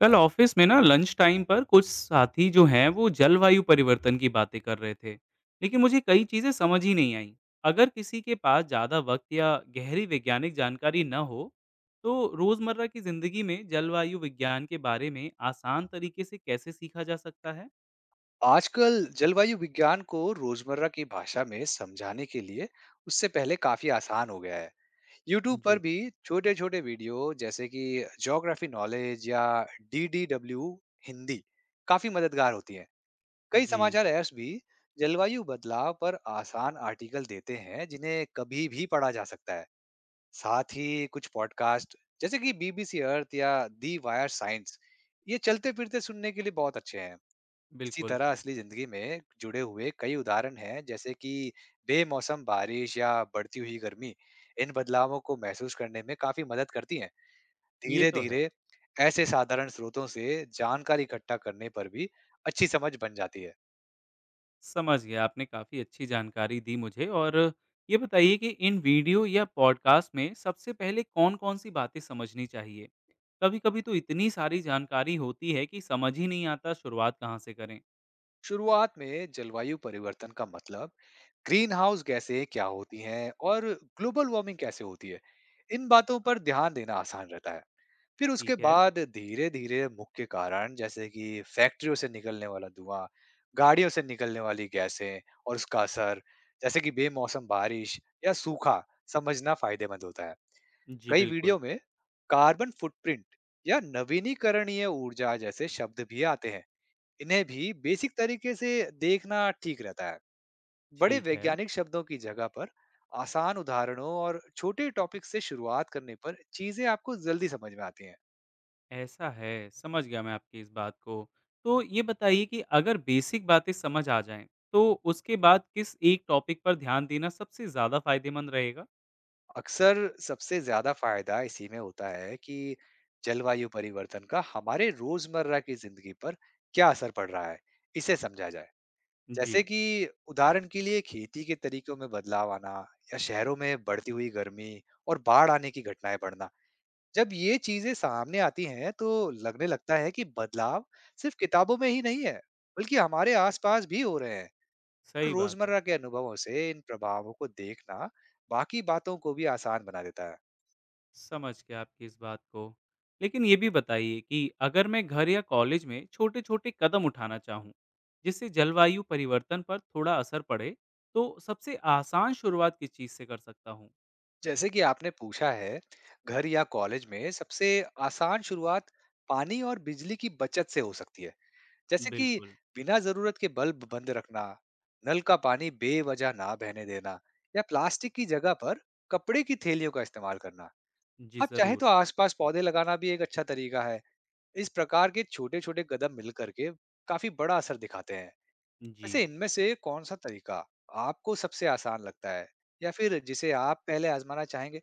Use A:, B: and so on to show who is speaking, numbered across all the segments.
A: कल ऑफिस में ना लंच टाइम पर कुछ साथी जो हैं वो जलवायु परिवर्तन की बातें कर रहे थे। लेकिन मुझे कई चीजें समझ ही नहीं आई। अगर किसी के पास ज्यादा वक्त या गहरी वैज्ञानिक जानकारी न हो तो रोजमर्रा की जिंदगी में जलवायु विज्ञान के बारे में आसान तरीके से कैसे सीखा जा सकता है।
B: आजकल जलवायु विज्ञान को रोजमर्रा की भाषा में समझाने के लिए उससे पहले काफी आसान हो गया है। YouTube पर
A: जी।
B: भी छोटे छोटे वीडियो जैसे कि ज्योग्राफी नॉलेज या DDW हिंदी काफी मददगार होती हैं। कई
A: जी।
B: समाचार ऐप्स भी जलवायु बदलाव पर आसान आर्टिकल देते हैं जिन्हें कभी भी पढ़ा जा सकता है। साथ ही कुछ पॉडकास्ट जैसे कि BBC अर्थ या दी वायर साइंस ये चलते फिरते सुनने के लिए बहुत अच्छे हैं। इसी
A: बिल्कुल।
B: तरह असली जिंदगी में जुड़े हुए कई उदाहरण हैं जैसे कि बेमौसम बारिश या बढ़ती हुई गर्मी इन बदलावों को महसूस करने में काफी मदद करती हैं
A: ये
B: धीरे
A: तो है।
B: धीरे। ऐसे साधारण स्रोतों से जानकारी इकट्ठा करने पर भी अच्छी समझ बन जाती है।
A: समझ गया, आपने काफ़ी अच्छी जानकारी दी मुझे। और ये बताइए कि इन वीडियो या पॉडकास्ट में सबसे पहले कौन-कौन सी बातें समझनी चाहिए? कभी-कभी तो इतनी सारी जानकारी होती है कि समझ ही नहीं आता शुरुआत कहाँ से करें।
B: शुरुआत में जलवायु परिवर्तन का मतलब, ग्रीन हाउस गैसें क्या होती हैं और ग्लोबल वार्मिंग कैसे होती है, इन बातों पर ध्यान देना आसान रहता है। फिर उसके
A: ठीक है।
B: बाद धीरे-धीरे मुख्य कारण जैसे कि फैक्ट्रियों से निकलने वाला धुआँ, गाड़ियों से निकलने वाली गैसें और उसका असर, जैसे कि बेमौसम बारिश या सूखा समझना फायदेमंद होता है।
A: जी
B: कई
A: बिल्कुल।
B: वीडियो में कार्बन फुटप्रिंट या नवीनीकरणीय ऊर्जा जैसे शब्द भी आते हैं। इन्हें भी बेसिक तरीके से देखना ठीक रहता है। बड़े
A: ठीक है।
B: वैज्ञानिक शब्दों की जगह पर आसान उदाहरणों और छोटे टॉपिक से शुरुआत करने पर चीजें आपको जल्दी समझ में आती हैं।
A: ऐसा है, समझ गया मैं आपकी इस बात को। तो ये बताइए कि अगर बेसिक बातें समझ आ जाएँ, तो उसके बाद किस एक टॉपिक पर ध्यान देना सबसे ज़्यादा फ़ायदेमंद रहेगा?
B: अक्सर सबसे ज़्यादा फ़ायदा इसी में होता है कि जलवायु परिवर्तन का हमारे रोज़मर्रा की ज़िंदगी पर क्या असर पड़ रहा है, इसे समझा जाए। जैसे
A: जी।
B: कि उदाहरण के लिए खेती के तरीकों में बदलाव आना या शहरों में बढ़ती हुई गर्मी और बाढ़ आने की घटनाएँ बढ़ना। जब ये चीज़ें सामने आती हैं, तो लगने लगता है कि बदलाव सिर्फ़ किताबों में ही नहीं है, बल्कि हमारे आस-पास भी हो रहे हैं। और
A: सही बात है।
B: रोज़मर्रा के अनुभवों से इन प्रभावों को देखना बाकी बातों को भी आसान बना देता है।
A: समझ गया आपकी इस बात को। लेकिन ये भी बताइए कि अगर मैं घर या कॉलेज में छोटे-छोटे कदम उठाना चाहूँ, जिससे जलवायु परिवर्तन पर थोड़ा असर पड़े, तो सबसे आसान शुरुआत किस चीज़ से कर सकता हूँ?
B: जैसे कि आपने पूछा है, घर या कॉलेज में सबसे आसान शुरुआत पानी और बिजली की बचत से हो सकती है। जैसे कि
A: बिल्कुल।
B: बिना जरूरत के बल्ब बंद रखना, नल का पानी बेवजह ना बहने देना या प्लास्टिक की जगह पर कपड़े की थैलियों का इस्तेमाल करना।
A: जी,
B: आप चाहे
A: ज़रूर।
B: तो आसपास पौधे लगाना भी एक अच्छा तरीका है। इस प्रकार के छोटे छोटे कदम मिल करके काफी बड़ा असर दिखाते हैं।
A: जी।
B: वैसे इनमें से कौन सा तरीका आपको सबसे आसान लगता है या फिर जिसे आप पहले आजमाना चाहेंगे?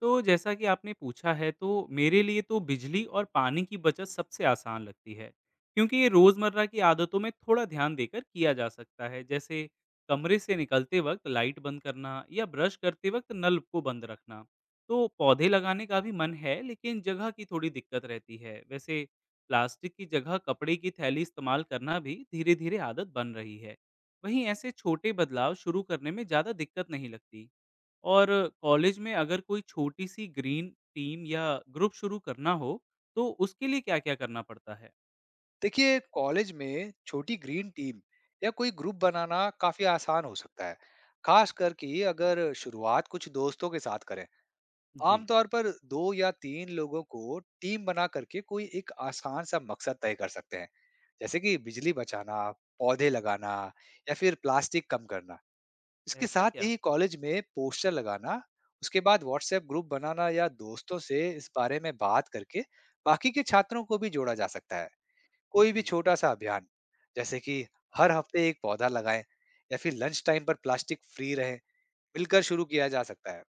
A: तो जैसा कि आपने पूछा है, तो मेरे लिए तो बिजली और पानी की बचत सबसे आसान लगती है, क्योंकि ये रोज़मर्रा की आदतों में थोड़ा ध्यान देकर किया जा सकता है। जैसे कमरे से निकलते वक्त लाइट बंद करना या ब्रश करते वक्त नल को बंद रखना। तो पौधे लगाने का भी मन है, लेकिन जगह की थोड़ी दिक्कत रहती है। वैसे प्लास्टिक की जगह कपड़े की थैली इस्तेमाल करना भी धीरे धीरे आदत बन रही है। वहीं ऐसे छोटे बदलाव शुरू करने में ज़्यादा दिक्कत नहीं लगती। और कॉलेज में अगर कोई छोटी सी ग्रीन टीम या ग्रुप शुरू करना हो, तो उसके लिए क्या-क्या करना पड़ता है?
B: देखिए, कॉलेज में छोटी ग्रीन टीम या कोई ग्रुप बनाना काफी आसान हो सकता है, खास करके अगर शुरुआत कुछ दोस्तों के साथ करें।
A: जी।
B: आमतौर पर 2 या 3 लोगों को टीम बना करके कोई एक आसान सा मकसद तय कर सकते हैं, जैसे कि बिजली बचाना, पौधे लगाना या फिर प्लास्टिक कम करना। इसके
A: ऐसा
B: साथ
A: क्या?
B: ही कॉलेज में पोस्टर लगाना, उसके बाद व्हाट्सएप ग्रुप बनाना या दोस्तों से इस बारे में बात करके बाकी के छात्रों को भी जोड़ा जा सकता है। कोई भी
A: जी।
B: छोटा सा अभियान जैसे कि हर हफ्ते एक पौधा लगाएं या फिर लंच टाइम पर प्लास्टिक फ्री रहें, मिलकर शुरू किया जा सकता है।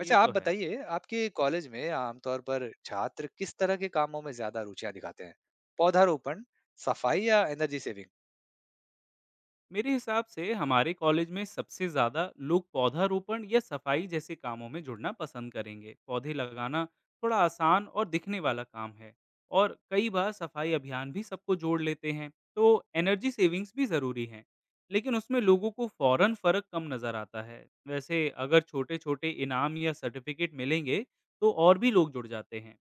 B: वैसे
A: तो
B: आप
A: है।
B: बताइए, आपके कॉलेज में आमतौर पर छात्र किस तरह के कामों में ज्यादा रुचियां दिखाते हैं? पौधारोपण, सफाई या एनर्जी सेविंग?
A: मेरे हिसाब से हमारे कॉलेज में सबसे ज़्यादा लोग पौधारोपण या सफाई जैसे कामों में जुड़ना पसंद करेंगे। पौधे लगाना थोड़ा आसान और दिखने वाला काम है, और कई बार सफाई अभियान भी सबको जोड़ लेते हैं, तो एनर्जी सेविंग्स भी ज़रूरी हैं। लेकिन उसमें लोगों को फ़ौरन फ़र्क कम नज़र आता है। वैसे अगर छोटे-छोटे इनाम या सर्टिफिकेट मिलेंगे, तो और भी लोग जुड़ जाते हैं।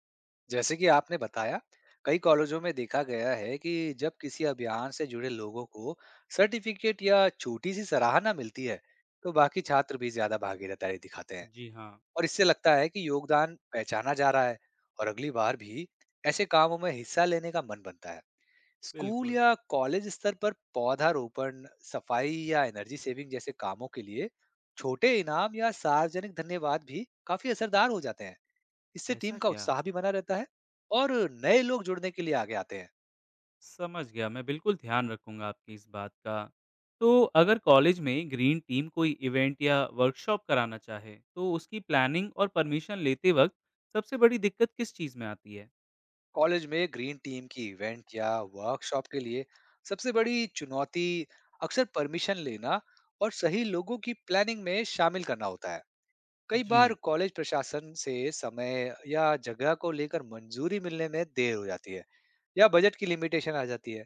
B: जैसे कि आपने बताया, कई कॉलेजों में देखा गया है कि जब किसी अभियान से जुड़े लोगों को सर्टिफिकेट या छोटी सी सराहना मिलती है, तो बाकी छात्र भी ज्यादा भागीदारी दिखाते हैं।
A: जी हाँ।
B: और इससे लगता है कि योगदान पहचाना जा रहा है और अगली बार भी ऐसे कामों में हिस्सा लेने का मन बनता है। स्कूल
A: बिल्कुल।
B: या कॉलेज स्तर पर पौधारोपण, सफाई या एनर्जी सेविंग जैसे कामों के लिए छोटे इनाम या सार्वजनिक धन्यवाद भी काफी असरदार हो जाते हैं। इससे टीम
A: ऐसा
B: का
A: क्या?
B: उत्साह भी बना रहता है और नए लोग जुड़ने के लिए आगे आते हैं।
A: समझ गया, मैं बिल्कुल ध्यान रखूँगा आपकी इस बात का। तो अगर कॉलेज में ग्रीन टीम कोई इवेंट या वर्कशॉप कराना चाहे, तो उसकी प्लानिंग और परमिशन लेते वक़्त सबसे बड़ी दिक्कत किस चीज़ में आती है?
B: कॉलेज में ग्रीन टीम की इवेंट या वर्कशॉप के लिए सबसे बड़ी चुनौती अक्सर परमिशन लेना और सही लोगों की प्लानिंग में शामिल करना होता है। कई
A: जी।
B: बार कॉलेज प्रशासन से समय या जगह को लेकर मंजूरी मिलने में देर हो जाती है या बजट की लिमिटेशन आ जाती है।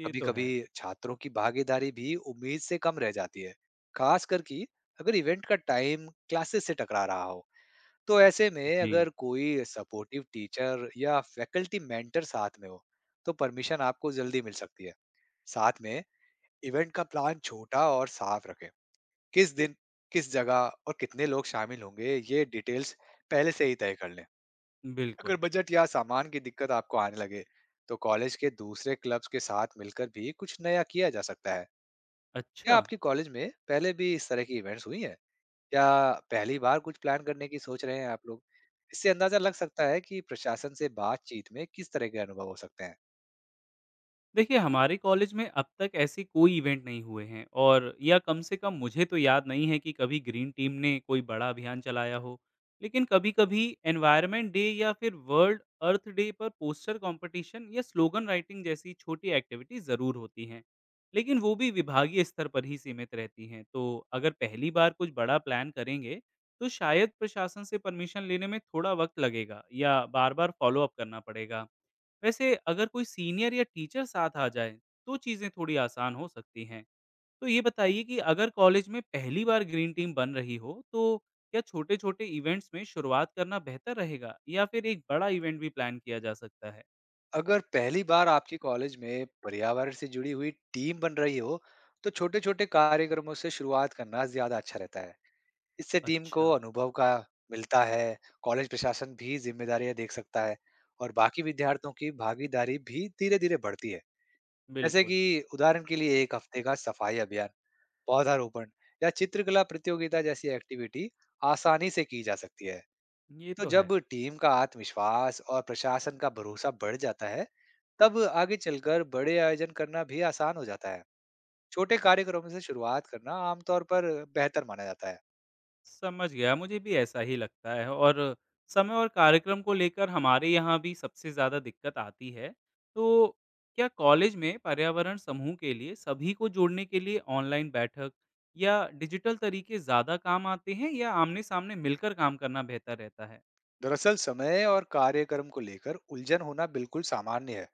A: ये
B: कभी
A: तो
B: कभी
A: है।
B: छात्रों की भागीदारी भी उम्मीद से कम रह जाती है, खास करके अगर इवेंट का टाइम क्लासेस से टकरा रहा हो। तो ऐसे में
A: जी।
B: अगर कोई सपोर्टिव टीचर या फैकल्टी मेंटर साथ में हो, तो परमिशन आपको जल्दी मिल सकती है। साथ में इवेंट का प्लान छोटा और साफ रखें, किस दिन, किस जगह और कितने लोग शामिल होंगे, ये डिटेल्स पहले से ही तय कर लें। अगर
A: बिल्कुल।
B: बजट या सामान की दिक्कत आपको आने लगे, तो कॉलेज के दूसरे क्लब्स के साथ मिलकर भी कुछ नया किया जा सकता है।
A: अच्छा।
B: क्या आपके कॉलेज में पहले भी इस तरह की इवेंट्स हुई हैं? या पहली बार कुछ प्लान करने की सोच रहे हैं आप लोग? इससे अंदाज़ा लग सकता है कि प्रशासन से बातचीत में किस तरह के अनुभव हो सकते हैं।
A: देखिए, हमारे कॉलेज में अब तक ऐसे कोई इवेंट नहीं हुए हैं, और या कम से कम मुझे तो याद नहीं है कि कभी ग्रीन टीम ने कोई बड़ा अभियान चलाया हो। लेकिन कभी-कभी एनवायरनमेंट डे या फिर वर्ल्ड अर्थ डे पर पोस्टर कंपटीशन या स्लोगन राइटिंग जैसी छोटी एक्टिविटी ज़रूर होती हैं। लेकिन वो भी विभागीय स्तर पर ही सीमित रहती हैं। तो अगर पहली बार कुछ बड़ा प्लान करेंगे, तो शायद प्रशासन से परमिशन लेने में थोड़ा वक़्त लगेगा या बार-बार फॉलो अप करना पड़ेगा। वैसे अगर कोई सीनियर या टीचर साथ आ जाए, तो चीजें थोड़ी आसान हो सकती हैं। तो ये बताइए कि अगर कॉलेज में पहली बार ग्रीन टीम बन रही हो, तो क्या छोटे छोटे इवेंट्स में शुरुआत करना बेहतर रहेगा या फिर एक बड़ा इवेंट भी प्लान किया जा सकता है?
B: अगर पहली बार आपके कॉलेज में पर्यावरण से जुड़ी हुई टीम बन रही हो, तो छोटे-छोटे कार्यक्रमों से शुरुआत करना ज्यादा अच्छा रहता है। इससे टीम को
A: अच्छा।
B: अनुभव का मिलता है, कॉलेज प्रशासन भी जिम्मेदारियां देख सकता है और बाकी विद्यार्थियों की भागीदारी भी धीरे-धीरे बढ़ती है। जैसे
A: बिल्कुल।
B: कि उदाहरण के लिए एक हफ्ते का सफाई अभियान, पौधारोपण या चित्रकला प्रतियोगिता जैसी एक्टिविटी आसानी से की जा सकती है।
A: ये
B: तो
A: तो है।
B: जब टीम का आत्मविश्वास और प्रशासन का भरोसा बढ़ जाता है, तब आगे चलकर बड़े आयोजन करना भी आसान हो जाता है। छोटे कार्यक्रमों से शुरुआत करना आमतौर पर बेहतर माना जाता है।
A: समझ गया, मुझे भी ऐसा ही लगता है। और समय और कार्यक्रम को लेकर हमारे यहाँ भी सबसे ज़्यादा दिक्कत आती है। तो क्या कॉलेज में पर्यावरण समूह के लिए सभी को जोड़ने के लिए ऑनलाइन बैठक या डिजिटल तरीके ज़्यादा काम आते हैं या आमने-सामने मिलकर काम करना बेहतर रहता है?
B: दरअसल समय और कार्यक्रम को लेकर उलझन होना बिल्कुल सामान्य है,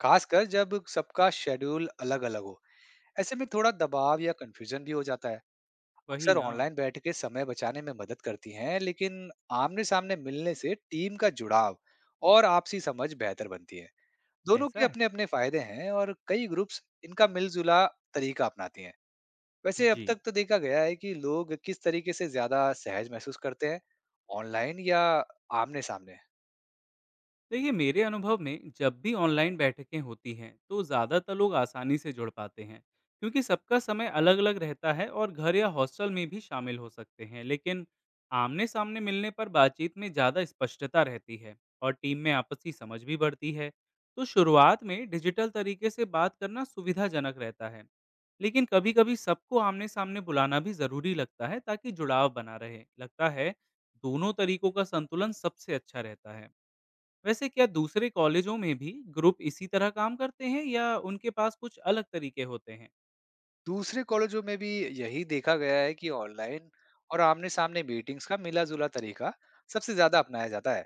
B: खासकर जब सबका शेड्यूल अलग-अलग हो। ऐसे में थोड़ा दबाव या कंफ्यूजन भी हो जाता है।
A: वही
B: अक्सर
A: ना।
B: ऑनलाइन बैठकें समय बचाने में मदद करती हैं, लेकिन आमने-सामने मिलने से टीम का जुड़ाव और आपसी समझ बेहतर बनती है। दोनों के
A: ऐसा है?
B: अपने-अपने फायदे हैं और कई ग्रुप्स इनका मिलजुला तरीका अपनाती हैं। वैसे अब
A: जी।
B: तक तो देखा गया है कि लोग किस तरीके से ज़्यादा सहज महसूस करते हैं, ऑनलाइन या आमने-सामने?
A: देखिए, मेरे अनुभव में जब भी ऑनलाइन बैठकें होती हैं, तो ज़्यादातर लोग आसानी से जुड़ पाते हैं, क्योंकि सबका समय अलग अलग रहता है और घर या हॉस्टल में भी शामिल हो सकते हैं। लेकिन आमने सामने मिलने पर बातचीत में ज़्यादा स्पष्टता रहती है, और टीम में आपसी समझ भी बढ़ती है। तो शुरुआत में डिजिटल तरीके से बात करना सुविधाजनक रहता है, लेकिन कभी कभी सबको आमने सामने बुलाना भी ज़रूरी लगता है, ताकि जुड़ाव बना रहे। लगता है दोनों तरीकों का संतुलन सबसे अच्छा रहता है। वैसे क्या दूसरे कॉलेजों में भी ग्रुप इसी तरह काम करते हैं या उनके पास कुछ अलग तरीके होते हैं?
B: दूसरे कॉलेजों में भी यही देखा गया है कि ऑनलाइन और आमने-सामने मीटिंग्स का मिला-जुला तरीका सबसे ज़्यादा अपनाया जाता है।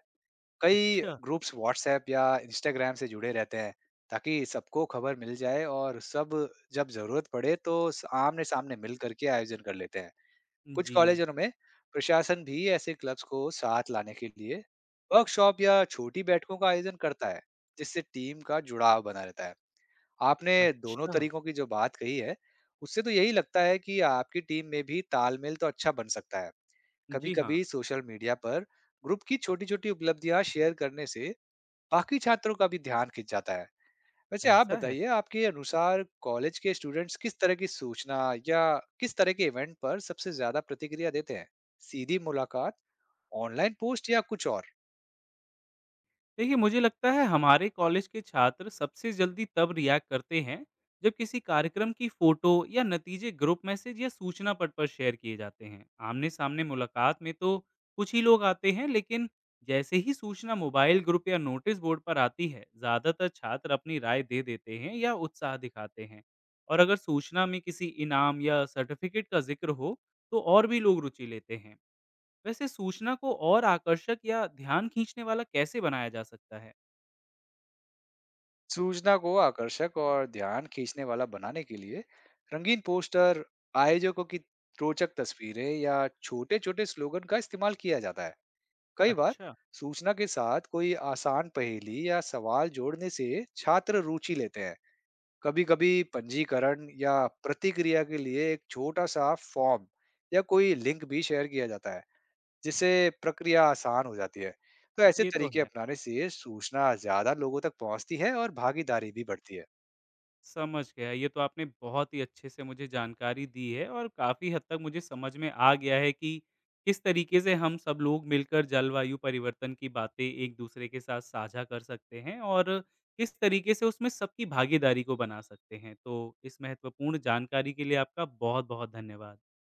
B: कई
A: अच्छा।
B: ग्रुप्स व्हाट्सऐप या इंस्टाग्राम से जुड़े रहते हैं, ताकि सबको खबर मिल जाए और सब जब ज़रूरत पड़े तो स आमने-सामने मिल कर के आयोजन कर लेते हैं। कुछ
A: जी।
B: कॉलेजों में प्रशासन भी ऐसे क्लब्स को साथ लाने के लिए वर्कशॉप या छोटी बैठकों का आयोजन करता है, जिससे टीम का जुड़ाव बना रहता है। आपने दोनों
A: अच्छा।
B: तरीकों की जो बात कही है, उससे तो यही लगता है कि आपकी टीम में भी तालमेल तो अच्छा बन सकता है। कभी
A: जी हाँ।
B: कभी सोशल मीडिया पर ग्रुप की छोटी छोटी उपलब्धियां शेयर करने से बाकी छात्रों का भी ध्यान खिंच जाता है। वैसे आप
A: ऐसा है।
B: बताइए, आपके अनुसार कॉलेज के स्टूडेंट्स किस तरह की सूचना या किस तरह के इवेंट पर सबसे ज्यादा प्रतिक्रिया देते हैं? सीधी मुलाकात, ऑनलाइन पोस्ट या कुछ और?
A: देखिए, मुझे लगता है हमारे कॉलेज के छात्र सबसे जल्दी तब रिएक्ट करते हैं जब किसी कार्यक्रम की फोटो या नतीजे ग्रुप मैसेज या सूचना पट पर शेयर किए जाते हैं। आमने सामने मुलाकात में तो कुछ ही लोग आते हैं, लेकिन जैसे ही सूचना मोबाइल ग्रुप या नोटिस बोर्ड पर आती है, ज़्यादातर छात्र अपनी राय दे देते हैं या उत्साह दिखाते हैं। और अगर सूचना में किसी इनाम या सर्टिफिकेट का जिक्र हो, तो और भी लोग रुचि लेते हैं। वैसे सूचना को और आकर्षक या ध्यान खींचने वाला कैसे बनाया जा सकता है?
B: सूचना को आकर्षक और ध्यान खींचने वाला बनाने के लिए रंगीन पोस्टर, आयोजकों की रोचक तस्वीरें या छोटे छोटे स्लोगन का इस्तेमाल किया जाता है। कई बार
A: अच्छा,
B: सूचना के साथ कोई आसान पहेली या सवाल जोड़ने से छात्र रुचि लेते हैं। कभी-कभी पंजीकरण या प्रतिक्रिया के लिए एक छोटा-सा फॉर्म या कोई लिंक भी शेयर किया जाता है, जिससे प्रक्रिया आसान हो जाती है। तो ऐसे
A: ये तो
B: तरीके
A: है।
B: अपनाने से सूचना ज़्यादा लोगों तक पहुंचती है और भागीदारी भी बढ़ती है।
A: समझ गया। ये तो आपने बहुत ही अच्छे से मुझे जानकारी दी है, और काफ़ी हद तक मुझे समझ में आ गया है कि किस तरीके से हम सब लोग मिलकर जलवायु परिवर्तन की बातें एक दूसरे के साथ साझा कर सकते हैं और किस तरीके से उसमें सबकी भागीदारी को बना सकते हैं। तो इस महत्वपूर्ण जानकारी के लिए आपका बहुत-बहुत धन्यवाद।